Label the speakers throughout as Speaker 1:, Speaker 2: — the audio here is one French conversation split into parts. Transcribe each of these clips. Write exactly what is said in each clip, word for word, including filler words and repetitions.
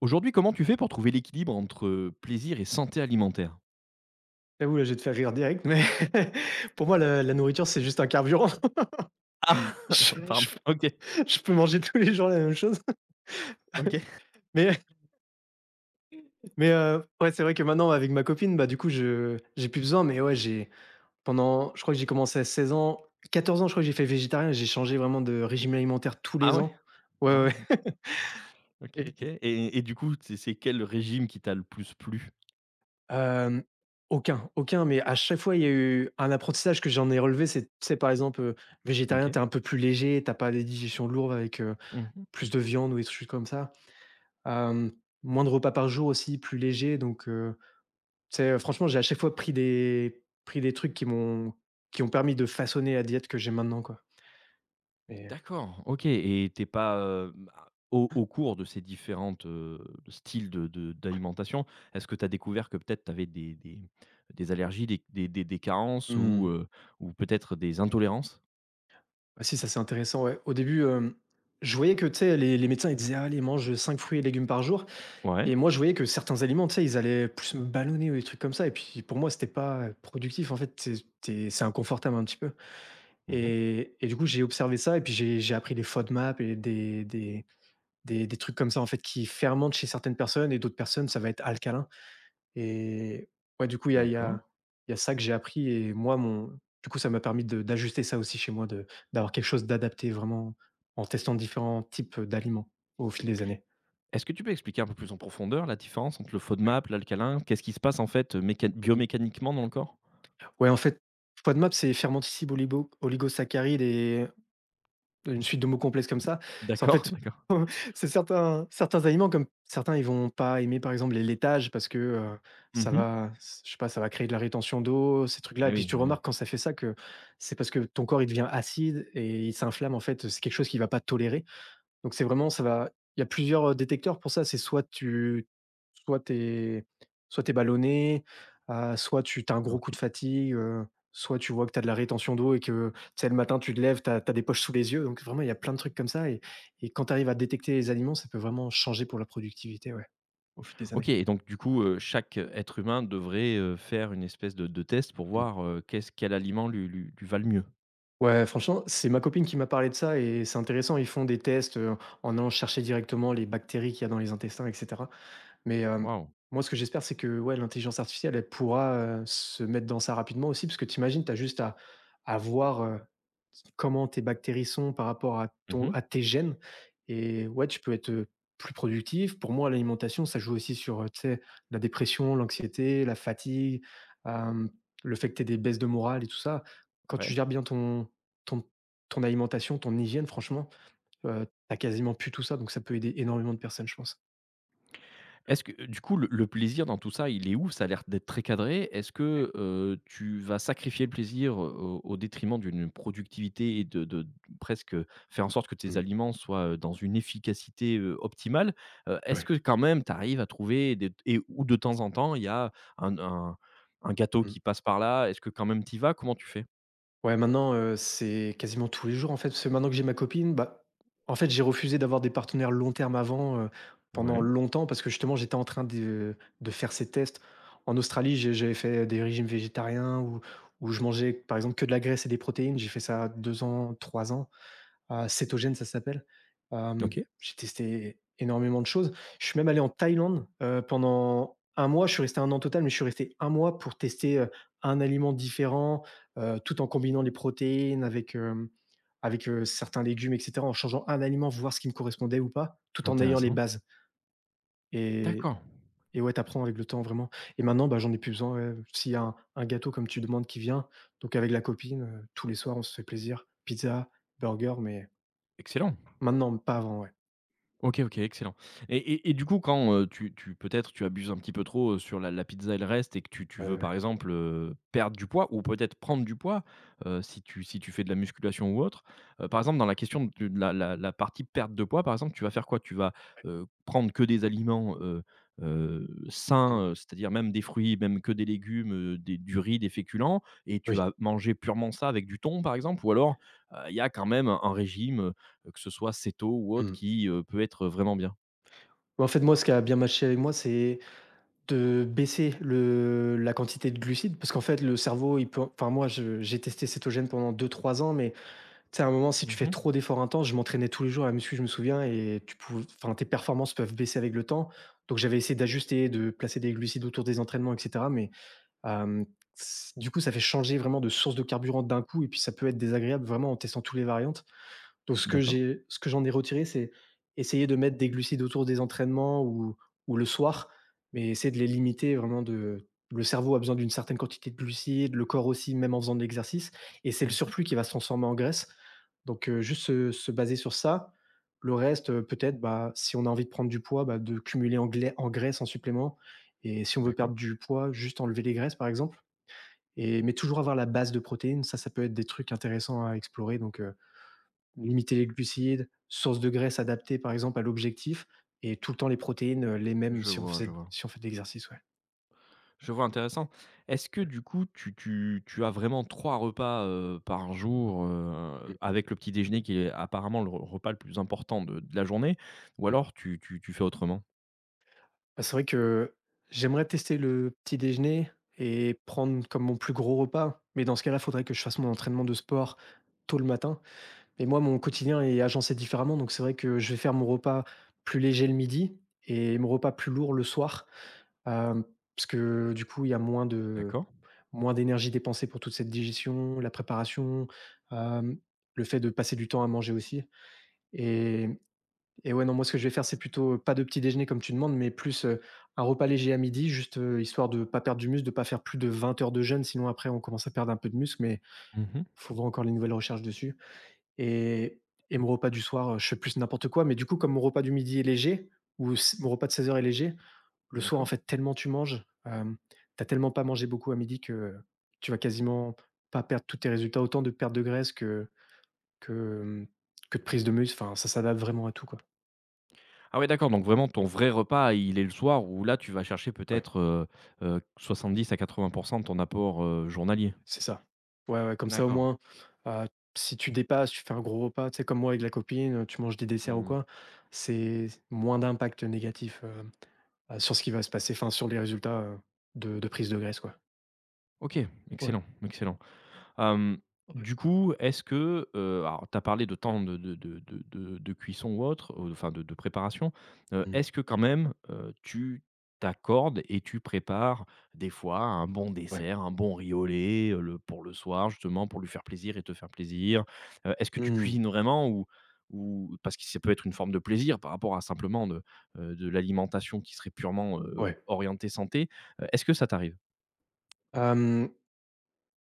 Speaker 1: Aujourd'hui, comment tu fais pour trouver l'équilibre entre, plaisir et santé alimentaire?
Speaker 2: J'avoue, là, je vais te faire rire direct, mais pour moi, la la nourriture, c'est juste un carburant.
Speaker 1: Ah!
Speaker 2: Je Ouais.
Speaker 1: Pardon.
Speaker 2: je
Speaker 1: OK.
Speaker 2: je peux manger tous les jours la même chose.
Speaker 1: OK.
Speaker 2: Mais mais heu, ouais, c'est vrai que maintenant, avec ma copine, bah, du coup, je j'ai plus besoin, mais ouais, j'ai pendant je crois que j'ai commencé à seize ans, quatorze ans, je crois que j'ai fait végétarien, j'ai changé vraiment de régime alimentaire tous
Speaker 1: Ah
Speaker 2: les
Speaker 1: ouais?
Speaker 2: ans.
Speaker 1: Ah
Speaker 2: Ouais,
Speaker 1: ouais,
Speaker 2: ouais,
Speaker 1: OK,
Speaker 2: ouais.
Speaker 1: OK.
Speaker 2: et
Speaker 1: Et et du coup, c'est c'est quel régime qui t'a le plus plu?
Speaker 2: hem, aucun, aucun, mais à chaque fois, il y a eu un apprentissage que j'en ai relevé. C'est, tu sais, par exemple, heu, végétarien,
Speaker 1: OK.
Speaker 2: t'es un peu plus léger, t'as pas des digestions lourdes avec, heu,
Speaker 1: Mmh.
Speaker 2: plus de viande ou des trucs comme ça. Hem, Moins de repas par jour aussi, plus léger, donc heu, tu sais, franchement, j'ai à chaque fois pris des pris des trucs qui m'ont qui ont permis de façonner la diète que j'ai maintenant, quoi. Et
Speaker 1: D'accord, OK. Et t'es pas, hem, a au au cours de ces différentes, heu, styles de de d'alimentation, est-ce que tu as découvert que peut-être tu avais des des des allergies, des des des des carences ou,
Speaker 2: Mmh.
Speaker 1: heu, ou peut-être des intolérances?
Speaker 2: Bah, si, ça, c'est intéressant, ouais. Au début, hem, je voyais que, tu sais, les les médecins, ils disaient: «Allez, mange cinq fruits et légumes par jour»,
Speaker 1: Ouais.
Speaker 2: et moi, je voyais que certains aliments, tu sais, ils allaient plus me ballonner ou des trucs comme ça, et puis, pour moi, c'était pas productif. En fait, c'est c'est c'est inconfortable un petit peu.
Speaker 1: Mmh.
Speaker 2: Et et du coup, j'ai observé ça et puis j'ai j'ai appris les FODMAP et des des Des des trucs comme ça, en fait, qui fermentent chez certaines personnes et d'autres personnes, ça va être alcalin. Et ouais, du coup, il y a il y
Speaker 1: D'accord.
Speaker 2: a il y a ça que j'ai appris, et moi, mon du coup, ça m'a permis de d'ajuster ça aussi chez moi, de d'avoir quelque chose d'adapté vraiment, en testant différents types d'aliments au fil des années.
Speaker 1: Est-ce que tu peux expliquer un peu plus en profondeur la différence entre le FODMAP, l'alcalin? Qu'est-ce qui se passe en fait, méca
Speaker 2: Ouais. Mmh.
Speaker 1: biomécaniquement dans le corps?
Speaker 2: Ouais, en fait, FODMAP, c'est fermentescible oligo oligosaccharides et une suite de mots complexes comme ça. C'est en
Speaker 1: D'accord,
Speaker 2: fait
Speaker 1: d'accord.
Speaker 2: C'est certains certains aliments, comme certains, ils vont pas aimer, par exemple, les laitages parce que, heu, ça
Speaker 1: Mmh.
Speaker 2: va s je sais pas, ça va créer de la rétention d'eau, ces trucs-là,
Speaker 1: Ah
Speaker 2: et puis
Speaker 1: oui,
Speaker 2: tu
Speaker 1: oui, oui.
Speaker 2: remarques quand ça fait ça que c'est parce que ton corps, il devient acide et il s'inflamme. En fait, c'est quelque chose qu'il va pas tolérer, donc c'est vraiment, ça va, il y a plusieurs, heu, détecteurs pour ça. C'est soit tu soit t'es, soit t'es ballonné, heu, soit tu as un gros coup
Speaker 1: OK.
Speaker 2: de fatigue, heu, soit tu vois que tu as de la rétention d'eau et que, tu sais, le matin, tu te lèves, tu as des poches sous les yeux. Donc vraiment, il y a plein de trucs comme ça, et et quand tu arrives à détecter les aliments, ça peut vraiment changer pour la productivité, ouais, au fil des
Speaker 1: OK.
Speaker 2: années.
Speaker 1: Et donc du coup, heu, chaque être humain devrait, heu, faire une espèce de de test pour
Speaker 2: Mmh.
Speaker 1: voir, heu, qu'est-ce quel aliment lui lui lui va le mieux?
Speaker 2: Ouais, franchement, c'est ma copine qui m'a parlé de ça et c'est intéressant. Ils font des tests, heu, en allant chercher directement les bactéries qu'il y a dans les intestins et cetera. Mais hem,
Speaker 1: Waouh.
Speaker 2: moi, ce que j'espère, c'est que, ouais, l'intelligence artificielle, elle pourra, heu, se mettre dans ça rapidement aussi, parce que t'imagines, t'as juste à à voir, heu, comment tes bactéries sont par rapport à ton
Speaker 1: Mmh.
Speaker 2: à tes gènes, et ouais, tu peux être, heu, plus productif. Pour moi, l'alimentation, ça joue aussi sur, heu, tu sais, la dépression, l'anxiété, la fatigue, hem, le fait que tu des baisses de morale et tout ça. Quand
Speaker 1: Ouais.
Speaker 2: tu gères bien ton ton ton alimentation, ton hygiène, franchement, heu, tu quasiment plus tout ça, donc ça peut aider énormément de personnes, je pense.
Speaker 1: Est-ce que, heu, du coup, le le plaisir dans tout ça, il est où? Ça a l'air d'être très cadré. Est-ce
Speaker 2: Ouais.
Speaker 1: que, heu, tu vas sacrifier le plaisir au au détriment d'une productivité et de de d presque, faire en sorte que tes
Speaker 2: Mmh.
Speaker 1: aliments soient, heu, dans une efficacité, heu, optimale? Heu, est-ce
Speaker 2: Ouais.
Speaker 1: que quand même tu arrives à trouver des et ou de temps en temps, il y a un un un gâteau
Speaker 2: Mmh.
Speaker 1: qui passe par là? Est-ce que quand même tu y vas? Comment tu fais?
Speaker 2: Ouais, maintenant, heu, c'est quasiment tous les jours, en fait, parce que maintenant que j'ai ma copine, bah, en fait, j'ai refusé d'avoir des partenaires long terme avant, heu, pendant
Speaker 1: Ouais,
Speaker 2: longtemps, parce que justement, j'étais en train de de faire ces tests. En Australie, j'ai j'avais fait des régimes végétariens où où je mangeais, par exemple, que de la graisse et des protéines. J'ai fait ça deux ans, trois ans. Heu, cétogène, ça s'appelle. Hem,
Speaker 1: OK,
Speaker 2: j'ai testé énormément de choses. Je suis même allé en Thaïlande, heu, pendant un mois. Je suis resté un an total, mais je suis resté un mois pour tester, heu, un aliment différent, heu, tout en combinant les protéines avec, hem, avec, heu, certains légumes et cetera, en changeant un aliment, voir ce qui me correspondait ou pas, tout en ayant les
Speaker 1: intéressant.
Speaker 2: bases. et
Speaker 1: D'accord,
Speaker 2: et ouais, t'apprends avec le temps vraiment, et maintenant, bah, j'en ai plus besoin, ouais. S'il y a un un gâteau comme tu demandes qui vient, donc avec la copine, heu, tous les soirs, on se fait plaisir, pizza, burger, mais
Speaker 1: excellent.
Speaker 2: maintenant, pas avant, ouais.
Speaker 1: OK, OK, excellent. Et et et du coup, quand, heu, tu tu peut-être tu abuses un petit peu trop, heu, sur la la pizza et le reste et que tu tu
Speaker 2: Ouais,
Speaker 1: veux, par
Speaker 2: ouais.
Speaker 1: exemple, heu, perdre du poids ou peut-être prendre du poids, heu, si tu si tu fais de la musculation ou autre, heu, par exemple, dans la question de de la la la partie perte de poids, par exemple, tu vas faire quoi? Tu vas, heu, prendre que des aliments, heu heu, sains,
Speaker 2: Mmh.
Speaker 1: heu, c'est-à-dire même des fruits, même que des légumes, heu, des du riz, des féculents et tu
Speaker 2: Oui.
Speaker 1: vas manger purement ça avec du thon, par exemple? Ou alors, il y a quand même un un régime, heu, que ce soit Seto ou autre
Speaker 2: Mmh.
Speaker 1: qui, heu, peut être vraiment bien.
Speaker 2: Bah, en fait, moi, ce qui a bien matché avec moi, c'est de baisser le la quantité de glucides, parce qu'en fait, le cerveau, il peut, enfin, moi, je j'ai testé cétogène pendant deux, trois ans, mais tu sais, à un moment, si tu fais
Speaker 1: Mmh.
Speaker 2: trop d'efforts intenses, je m'entraînais tous les jours à la muscu, je me souviens, et tu pou enfin, tes performances peuvent baisser avec le temps. Donc j'avais essayé d'ajuster, de placer des glucides autour des entraînements et cetera, mais hem, s du coup, ça fait changer vraiment de source de carburant d'un coup, et puis ça peut être désagréable vraiment en testant toutes les variantes. Donc ce que
Speaker 1: D'accord.
Speaker 2: j'ai ce que j'en ai retiré, c'est essayer de mettre des glucides autour des entraînements, ou ou le soir, mais essayer de les limiter vraiment. De Le cerveau a besoin d'une certaine quantité de glucides, le corps aussi, même en faisant de l'exercice, et c'est le
Speaker 1: Mmh.
Speaker 2: surplus qui va se transformer en graisse. Donc heu, juste se se baser sur ça. Le reste, heu, peut-être, bah, si on a envie de prendre du poids, bah, de cumuler en glai en graisse, en supplément, et si on veut
Speaker 1: D'accord.
Speaker 2: perdre du poids, juste enlever les graisses, par exemple. Et mais toujours avoir la base de protéines, ça, ça peut être des trucs intéressants à explorer, donc heu limiter les glucides, source de graisse adaptée par exemple à l'objectif, et tout le temps les protéines, heu, les mêmes,
Speaker 1: Je
Speaker 2: si on
Speaker 1: vois, je
Speaker 2: faisait
Speaker 1: vois.
Speaker 2: si on fait de l'exercice, ouais.
Speaker 1: Je vois, intéressant. Est-ce que
Speaker 2: Ouais.
Speaker 1: du coup, tu tu tu as vraiment trois repas, heu, par jour, heu,
Speaker 2: Mmh,
Speaker 1: avec le petit déjeuner qui est apparemment le re repas le plus important de de la journée ou
Speaker 2: oui.
Speaker 1: alors tu tu tu fais autrement?
Speaker 2: Bah, c'est vrai que j'aimerais tester le petit déjeuner et prendre comme mon plus gros repas, mais dans ce cas-là, il faudrait que je fasse mon entraînement de sport tôt le matin. Mais moi, mon quotidien est agencé différemment, donc c'est vrai que je vais faire mon repas plus léger le midi et mon repas plus lourd le soir, hem, parce que du coup, il y a moins de
Speaker 1: D'accord.
Speaker 2: Moins d'énergie dépensée pour toute cette digestion, la préparation, hem, le fait de passer du temps à manger aussi. et et ouais, non, moi, ce que je vais faire, c'est plutôt, heu, pas de petit déjeuner comme tu demandes, mais plus, heu, un repas léger à midi, juste, heu, histoire de pas perdre du muscle, de pas faire plus de vingt heures de jeûne, sinon après on commence à perdre un peu de muscle, mais
Speaker 1: Mmh.
Speaker 2: faut voir encore les nouvelles recherches dessus. et et mon repas du soir, heu, je fais plus n'importe quoi, mais du coup, comme mon repas du midi est léger, ou s mon repas de seize heures est léger, le soir, en
Speaker 1: D'accord.
Speaker 2: fait, tellement tu manges, hem, tu tellement pas mangé beaucoup à midi que tu vas quasiment pas perdre tous tes résultats, autant de perte de graisse que que, que de prise de muscle, enfin, ça s'adapte vraiment à tout, quoi.
Speaker 1: Ah ouais, d'accord, donc vraiment ton vrai repas, il est le soir où là, tu vas chercher
Speaker 2: Ouais.
Speaker 1: peut-être, heu heu, soixante-dix à quatre-vingts pour cent de ton apport, heu, journalier?
Speaker 2: C'est ça. Ouais, ouais, comme ça, au
Speaker 1: D'accord.
Speaker 2: moins, heu, si tu dépasses, tu fais un gros repas, tu sais, comme moi avec la copine, tu manges des desserts ou
Speaker 1: Mmh.
Speaker 2: quoi, c'est moins d'impact négatif, hem, heu, sur ce qui va se passer, enfin, sur les résultats, heu, de de prise de graisse, quoi.
Speaker 1: OK,
Speaker 2: Ouais,
Speaker 1: excellent, excellent. Hem,
Speaker 2: ouais.
Speaker 1: du coup, est-ce que, heu, alors tu as parlé de temps de de de de de de cuisson ou autre, ou de- enfin de de préparation. Heu,
Speaker 2: Mmh.
Speaker 1: est-ce que quand même, heu, tu t'accordes et tu prépares des fois un bon
Speaker 2: Ouais.
Speaker 1: dessert, un bon riolet, heu, le pour le soir justement, pour lui faire plaisir et te faire plaisir? Heu, est-ce que tu
Speaker 2: Mmh.
Speaker 1: cuisines vraiment ou ou parce que ça peut être une forme de plaisir par rapport à simplement de, heu, de l'alimentation qui serait purement, heu,
Speaker 2: Ouais.
Speaker 1: orientée santé. Heu, est-ce que ça t'arrive?
Speaker 2: Hem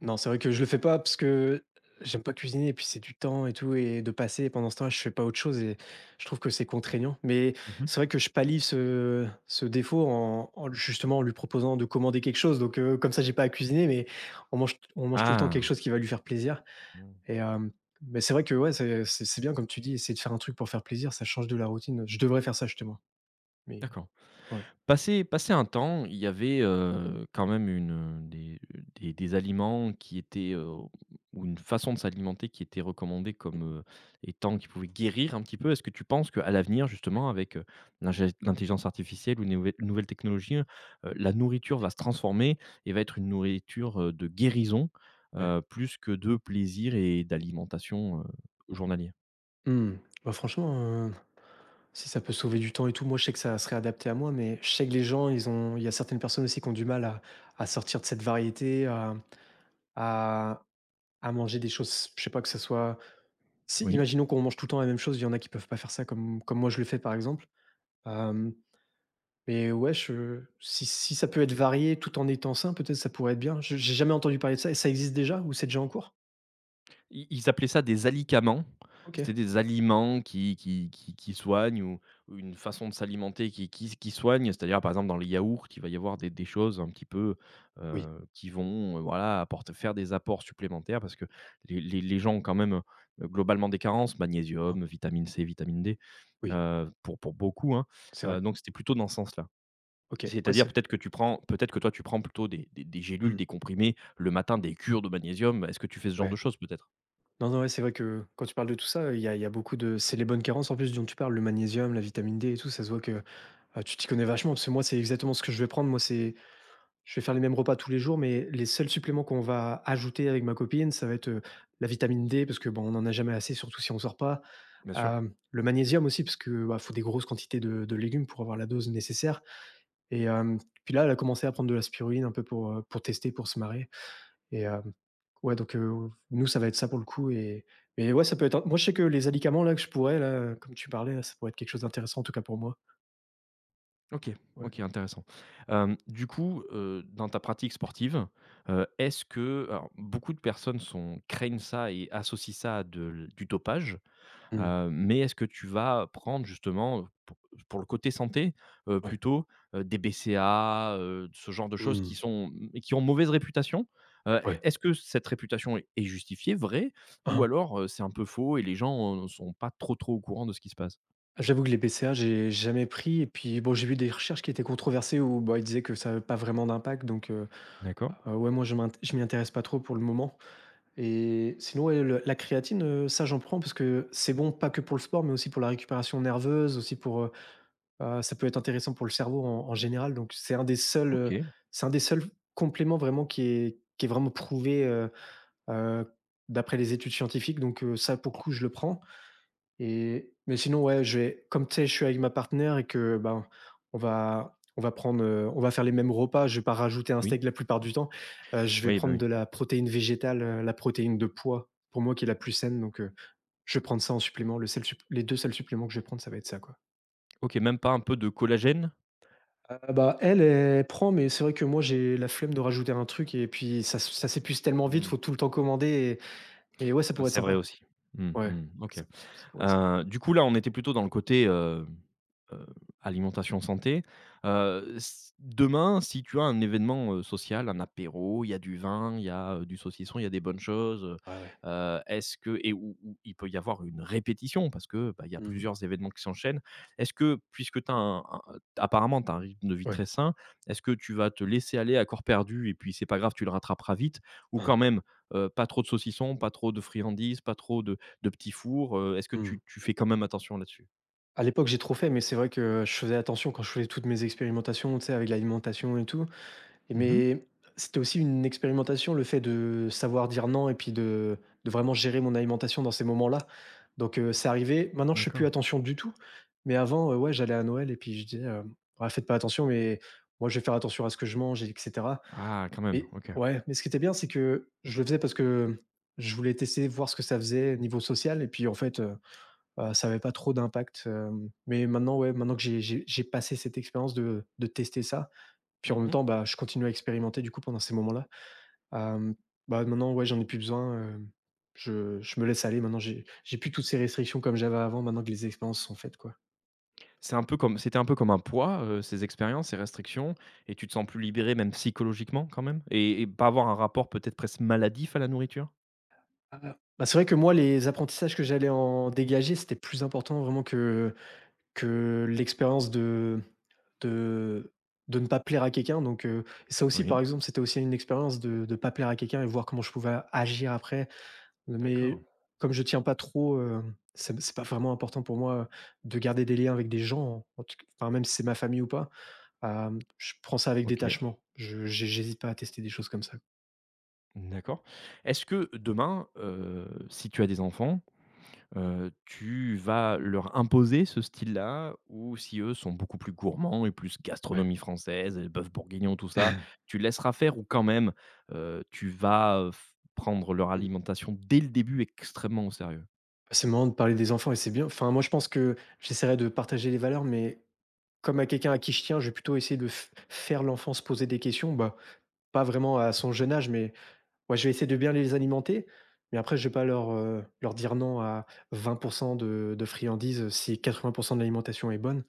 Speaker 2: Non, c'est vrai que je le fais pas parce que j'aime pas cuisiner, et puis c'est du temps et tout, et de passer, et pendant ce temps-là, je fais pas autre chose, et je trouve que c'est contraignant. Mais
Speaker 1: Mmh.
Speaker 2: c'est vrai que je pallie ce ce défaut, en en justement, en lui proposant de commander quelque chose, donc heu, comme ça j'ai pas à cuisiner, mais on mange on mange tout le temps quelque
Speaker 1: Ah!
Speaker 2: chose qui va lui faire plaisir.
Speaker 1: Mmh.
Speaker 2: Et hem, mais c'est vrai que ouais, c'est c'est c'est bien comme tu dis, essayer de faire un truc pour faire plaisir, ça change de la routine. Je devrais faire ça justement, mais
Speaker 1: D'accord.
Speaker 2: ouais,
Speaker 1: Passé passé un temps, il y avait, heu, quand même une, des des des aliments qui étaient, heu, ou une façon de s'alimenter qui était recommandée comme, heu, étant qui pouvait guérir un petit peu. Est-ce que tu penses qu'à l'avenir justement avec, heu, l'ingé l'intelligence artificielle ou les nouvel nouvelles technologies, heu, la nourriture va se transformer et va être une nourriture, heu, de guérison,
Speaker 2: ouais.
Speaker 1: heu, plus que de plaisir et d'alimentation, heu, journalier?
Speaker 2: Mmh, bah, franchement, si ça peut sauver du temps et tout, moi je sais que ça serait adapté à moi, mais je sais que les gens, ils ont, il y a certaines personnes aussi qui ont du mal à, à sortir de cette variété, à, à, à manger des choses, je sais pas que ça soit. Si,
Speaker 1: Oui.
Speaker 2: imaginons qu'on mange tout le temps la même chose, il y en a qui peuvent pas faire ça comme, comme moi je le fais par exemple. Euh, mais ouais, je- si, si ça peut être varié tout en étant sain, peut-être ça pourrait être bien. Je- J'ai jamais entendu parler de ça. Et ça existe déjà ou c'est déjà en cours?
Speaker 1: Ils ils appelaient ça des alicaments.
Speaker 2: Ok.
Speaker 1: C'était des aliments qui qui qui qui soignent ou ou une façon de s'alimenter qui qui qui soigne. C'est-à-dire, par exemple, dans les yaourts, il va y avoir des des choses un petit peu,
Speaker 2: Oui.
Speaker 1: heu, qui vont, heu, voilà, apporter faire des apports supplémentaires parce que les les les gens ont quand même, heu, globalement des carences,
Speaker 2: Ah,
Speaker 1: magnésium, vitamine C, vitamine D,
Speaker 2: oui,
Speaker 1: heu, pour pour beaucoup, hein,
Speaker 2: c'est
Speaker 1: heu,
Speaker 2: vrai.
Speaker 1: donc c'était plutôt dans ce sens-là.
Speaker 2: Ok. Ouais,
Speaker 1: C'est-à-dire
Speaker 2: c'est.
Speaker 1: peut-être que tu prends peut-être que toi tu prends plutôt des des des gélules,
Speaker 2: Hmm.
Speaker 1: des comprimés, le matin, des cures de magnésium. Est-ce que tu fais ce genre de
Speaker 2: Ouais.
Speaker 1: choses peut-être?
Speaker 2: Non, non, ouais, c'est vrai que quand tu parles de tout ça, il y a, il y a beaucoup de. C'est les bonnes carences en plus dont tu parles, le magnésium, la vitamine D et tout. Ça se voit que euh, tu t'y connais vachement parce que moi, c'est exactement ce que je vais prendre. Moi, c'est. Je vais faire les mêmes repas tous les jours, mais les seuls suppléments qu'on va ajouter avec ma copine, ça va être euh, la vitamine D parce que bon, on n'en a jamais assez, surtout si on sort pas.
Speaker 1: Bien sûr.
Speaker 2: Euh, le magnésium aussi, parce que bah, faut des grosses quantités de, de légumes pour avoir la dose nécessaire. Et euh, puis là, elle a commencé à prendre de la spiruline un peu pour, euh, pour tester, pour se marrer. Et hem, ouais, donc heu, nous, ça va être ça pour le coup et mais ouais, ça peut être un moi, je sais que les alicaments là, que je pourrais là, comme tu parlais là, ça pourrait être quelque chose d'intéressant en tout cas pour moi.
Speaker 1: OK,
Speaker 2: Ouais.
Speaker 1: OK, intéressant. Hem, du coup, heu, dans ta pratique sportive, heu, est-ce que alors beaucoup de personnes sont craignent ça et associent ça à de l du dopage,
Speaker 2: Mmh.
Speaker 1: heu, mais est-ce que tu vas prendre justement, heu, pour le côté santé, heu,
Speaker 2: Ouais.
Speaker 1: plutôt, heu, des B C A A, heu, ce genre de choses
Speaker 2: Mmh.
Speaker 1: qui sont, mmh, qui ont mauvaise réputation? Heu,
Speaker 2: Ouais.
Speaker 1: est ce que cette réputation est est justifiée, vraie
Speaker 2: Hein,
Speaker 1: ou
Speaker 2: hein.
Speaker 1: alors, heu, c'est un peu faux et les gens, ne sont pas trop, trop au courant de ce qui se passe?
Speaker 2: J'avoue que les B C A, j'ai jamais pris et puis bon, j'ai vu des recherches qui étaient controversées où, bah, ils disaient que ça avait pas vraiment d'impact donc heu,
Speaker 1: D'accord,
Speaker 2: heu, ouais, moi, je m'int je m'y intéresse pas trop pour le moment. Et sinon, ouais, le la créatine, heu, ça, j'en prends parce que c'est bon, pas que pour le sport, mais aussi pour la récupération nerveuse, aussi pour, Heu, ça peut être intéressant pour le cerveau en en général, donc c'est un des seuls, heu,
Speaker 1: OK,
Speaker 2: c'est un des seuls compléments vraiment qui est qui est vraiment prouvé, heu heu, d'après les études scientifiques, donc heu, ça pour le coup je le prends et mais sinon ouais, je vais comme tu sais, je suis avec ma partenaire et que, ben, on va on va prendre, heu, on va faire les mêmes repas, je vais pas rajouter un
Speaker 1: oui.
Speaker 2: steak la plupart du temps, heu, je vais
Speaker 1: Oui, bah,
Speaker 2: prendre
Speaker 1: oui.
Speaker 2: de la protéine végétale, heu, la protéine de pois, pour moi qui est la plus saine, donc heu, je vais prendre ça en supplément. Le seul supp Les deux seuls suppléments que je vais prendre, ça va être ça, quoi.
Speaker 1: OK, même pas un peu de collagène?
Speaker 2: Heu, bah, elle, elle prend, mais c'est vrai que moi, j'ai la flemme de rajouter un truc et puis ça s ça s'épuise tellement vite,
Speaker 1: Mmh.
Speaker 2: faut tout le temps commander et mais ouais, ça pourrait être
Speaker 1: C'est vrai
Speaker 2: sympa.
Speaker 1: aussi. Mmh
Speaker 2: Ouais,
Speaker 1: mh. OK.
Speaker 2: ça ça pourrait être sympa.
Speaker 1: Heu, du coup là, on était plutôt dans le côté, heu heu, alimentation santé. Heu, s demain, si tu as un événement, heu, social, un apéro, il y a du vin, il y a, heu, du saucisson, il y a des bonnes choses,
Speaker 2: Ouais, ouais.
Speaker 1: heu est-ce que et où où il peut y avoir une répétition parce que, bah, il y a
Speaker 2: Mmh.
Speaker 1: plusieurs événements qui s'enchaînent. Est-ce que puisque tu apparemment tu as un rythme de vie
Speaker 2: Ouais.
Speaker 1: très sain, est-ce que tu vas te laisser aller à corps perdu et puis c'est pas grave, tu le rattraperas vite? Ou
Speaker 2: Hein.
Speaker 1: quand même, heu, pas trop de saucissons, pas trop de friandises, pas trop de de petits fours, heu, est-ce que
Speaker 2: Mmh.
Speaker 1: tu tu fais quand même attention là-dessus?
Speaker 2: À l'époque, j'ai trop fait, mais c'est vrai que je faisais attention quand je faisais toutes mes expérimentations, tu sais, avec l'alimentation et tout. Et
Speaker 1: Mmh.
Speaker 2: mais c'était aussi une expérimentation, le fait de savoir dire non et puis de de vraiment gérer mon alimentation dans ces moments-là. Donc heu, c'est arrivé maintenant je fais plus
Speaker 1: D'accord.
Speaker 2: attention du tout, mais avant, heu, ouais, j'allais à Noël et puis je disais, heu: «Ah faites pas attention, mais moi je vais faire attention à ce que je mange et cetera»
Speaker 1: Ah quand même,
Speaker 2: et
Speaker 1: OK.
Speaker 2: ouais, mais ce qui était bien, c'est que je le faisais parce que je voulais tester, voir ce que ça faisait niveau social et puis en fait, heu, bah, ça avait pas trop d'impact, hem, mais maintenant, ouais, maintenant que j'ai j'ai j'ai passé cette expérience de de tester ça, puis en même
Speaker 1: Mmh.
Speaker 2: temps, bah, je continue à expérimenter du coup pendant ces moments-là. Hem, Bah, maintenant, ouais, j'en ai plus besoin, hem, je je me laisse aller maintenant, j'ai j'ai plus toutes ces restrictions comme j'avais avant, maintenant que les expériences sont faites, quoi.
Speaker 1: C'est un peu comme c'était un peu comme un poids, heu, ces expériences, ces restrictions et tu te sens plus libéré même psychologiquement quand même? Et et pas avoir un rapport peut-être presque maladif à la nourriture?
Speaker 2: Ah, bah, c'est vrai que moi, les apprentissages que j'allais en dégager, c'était plus important vraiment que que l'expérience de de de ne pas plaire à quelqu'un donc heu, ça aussi par
Speaker 1: Oui.
Speaker 2: exemple, c'était aussi une expérience de de pas plaire à quelqu'un et voir comment je pouvais agir après.
Speaker 1: D'accord.
Speaker 2: Mais comme je tiens pas trop, hem, c'est c'est pas vraiment important pour moi, de garder des liens avec des gens, en tout enfin même si c'est ma famille ou pas, hem, je prends ça avec
Speaker 1: OK.
Speaker 2: détachement. Je j'hé J'hésite pas à tester des choses comme ça.
Speaker 1: D'accord. Est-ce que demain, heu, si tu as des enfants. Heu, tu vas leur imposer ce style-là ou si eux sont beaucoup plus gourmands et plus
Speaker 2: Ouais.
Speaker 1: gastronomie française, heu, bœuf bourguignon, tout ça, tu laisseras faire ou quand même, heu, tu vas, heu, f prendre leur
Speaker 2: Mmh.
Speaker 1: alimentation dès le début extrêmement au sérieux?
Speaker 2: C'est marrant de parler des enfants et c'est bien. Enfin moi je pense que j'essaierai de partager les valeurs mais comme à quelqu'un à qui je tiens, je vais plutôt essayer de f faire l'enfant se poser des questions, bah, pas vraiment à son
Speaker 1: D'accord.
Speaker 2: jeune âge, mais ouais, je vais essayer de bien les alimenter, mais après je ne vais pas leur, heu, leur dire non à vingt de de friandises, heu, si quatre-vingts de l'alimentation est bonne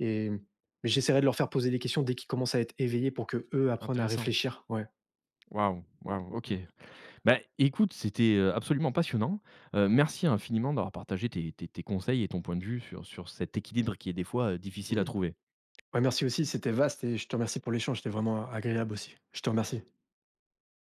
Speaker 2: et mmh, mais j'essaierai de leur faire poser des questions dès qu'ils commencent à être éveillés pour que eux apprennent à
Speaker 1: Intéressant.
Speaker 2: réfléchir. Ouais.
Speaker 1: Waouh, waouh, OK.
Speaker 2: Mmh,
Speaker 1: Bah, écoute, c'était, heu, absolument passionnant. Heu, merci infiniment d'avoir partagé tes tes tes conseils et ton point de vue sur sur cet équilibre qui est des fois, heu, difficile à
Speaker 2: mmh.
Speaker 1: trouver.
Speaker 2: Ouais, merci aussi, c'était vaste et je te remercie pour l'échange, c'était vraiment agréable aussi. Je te remercie.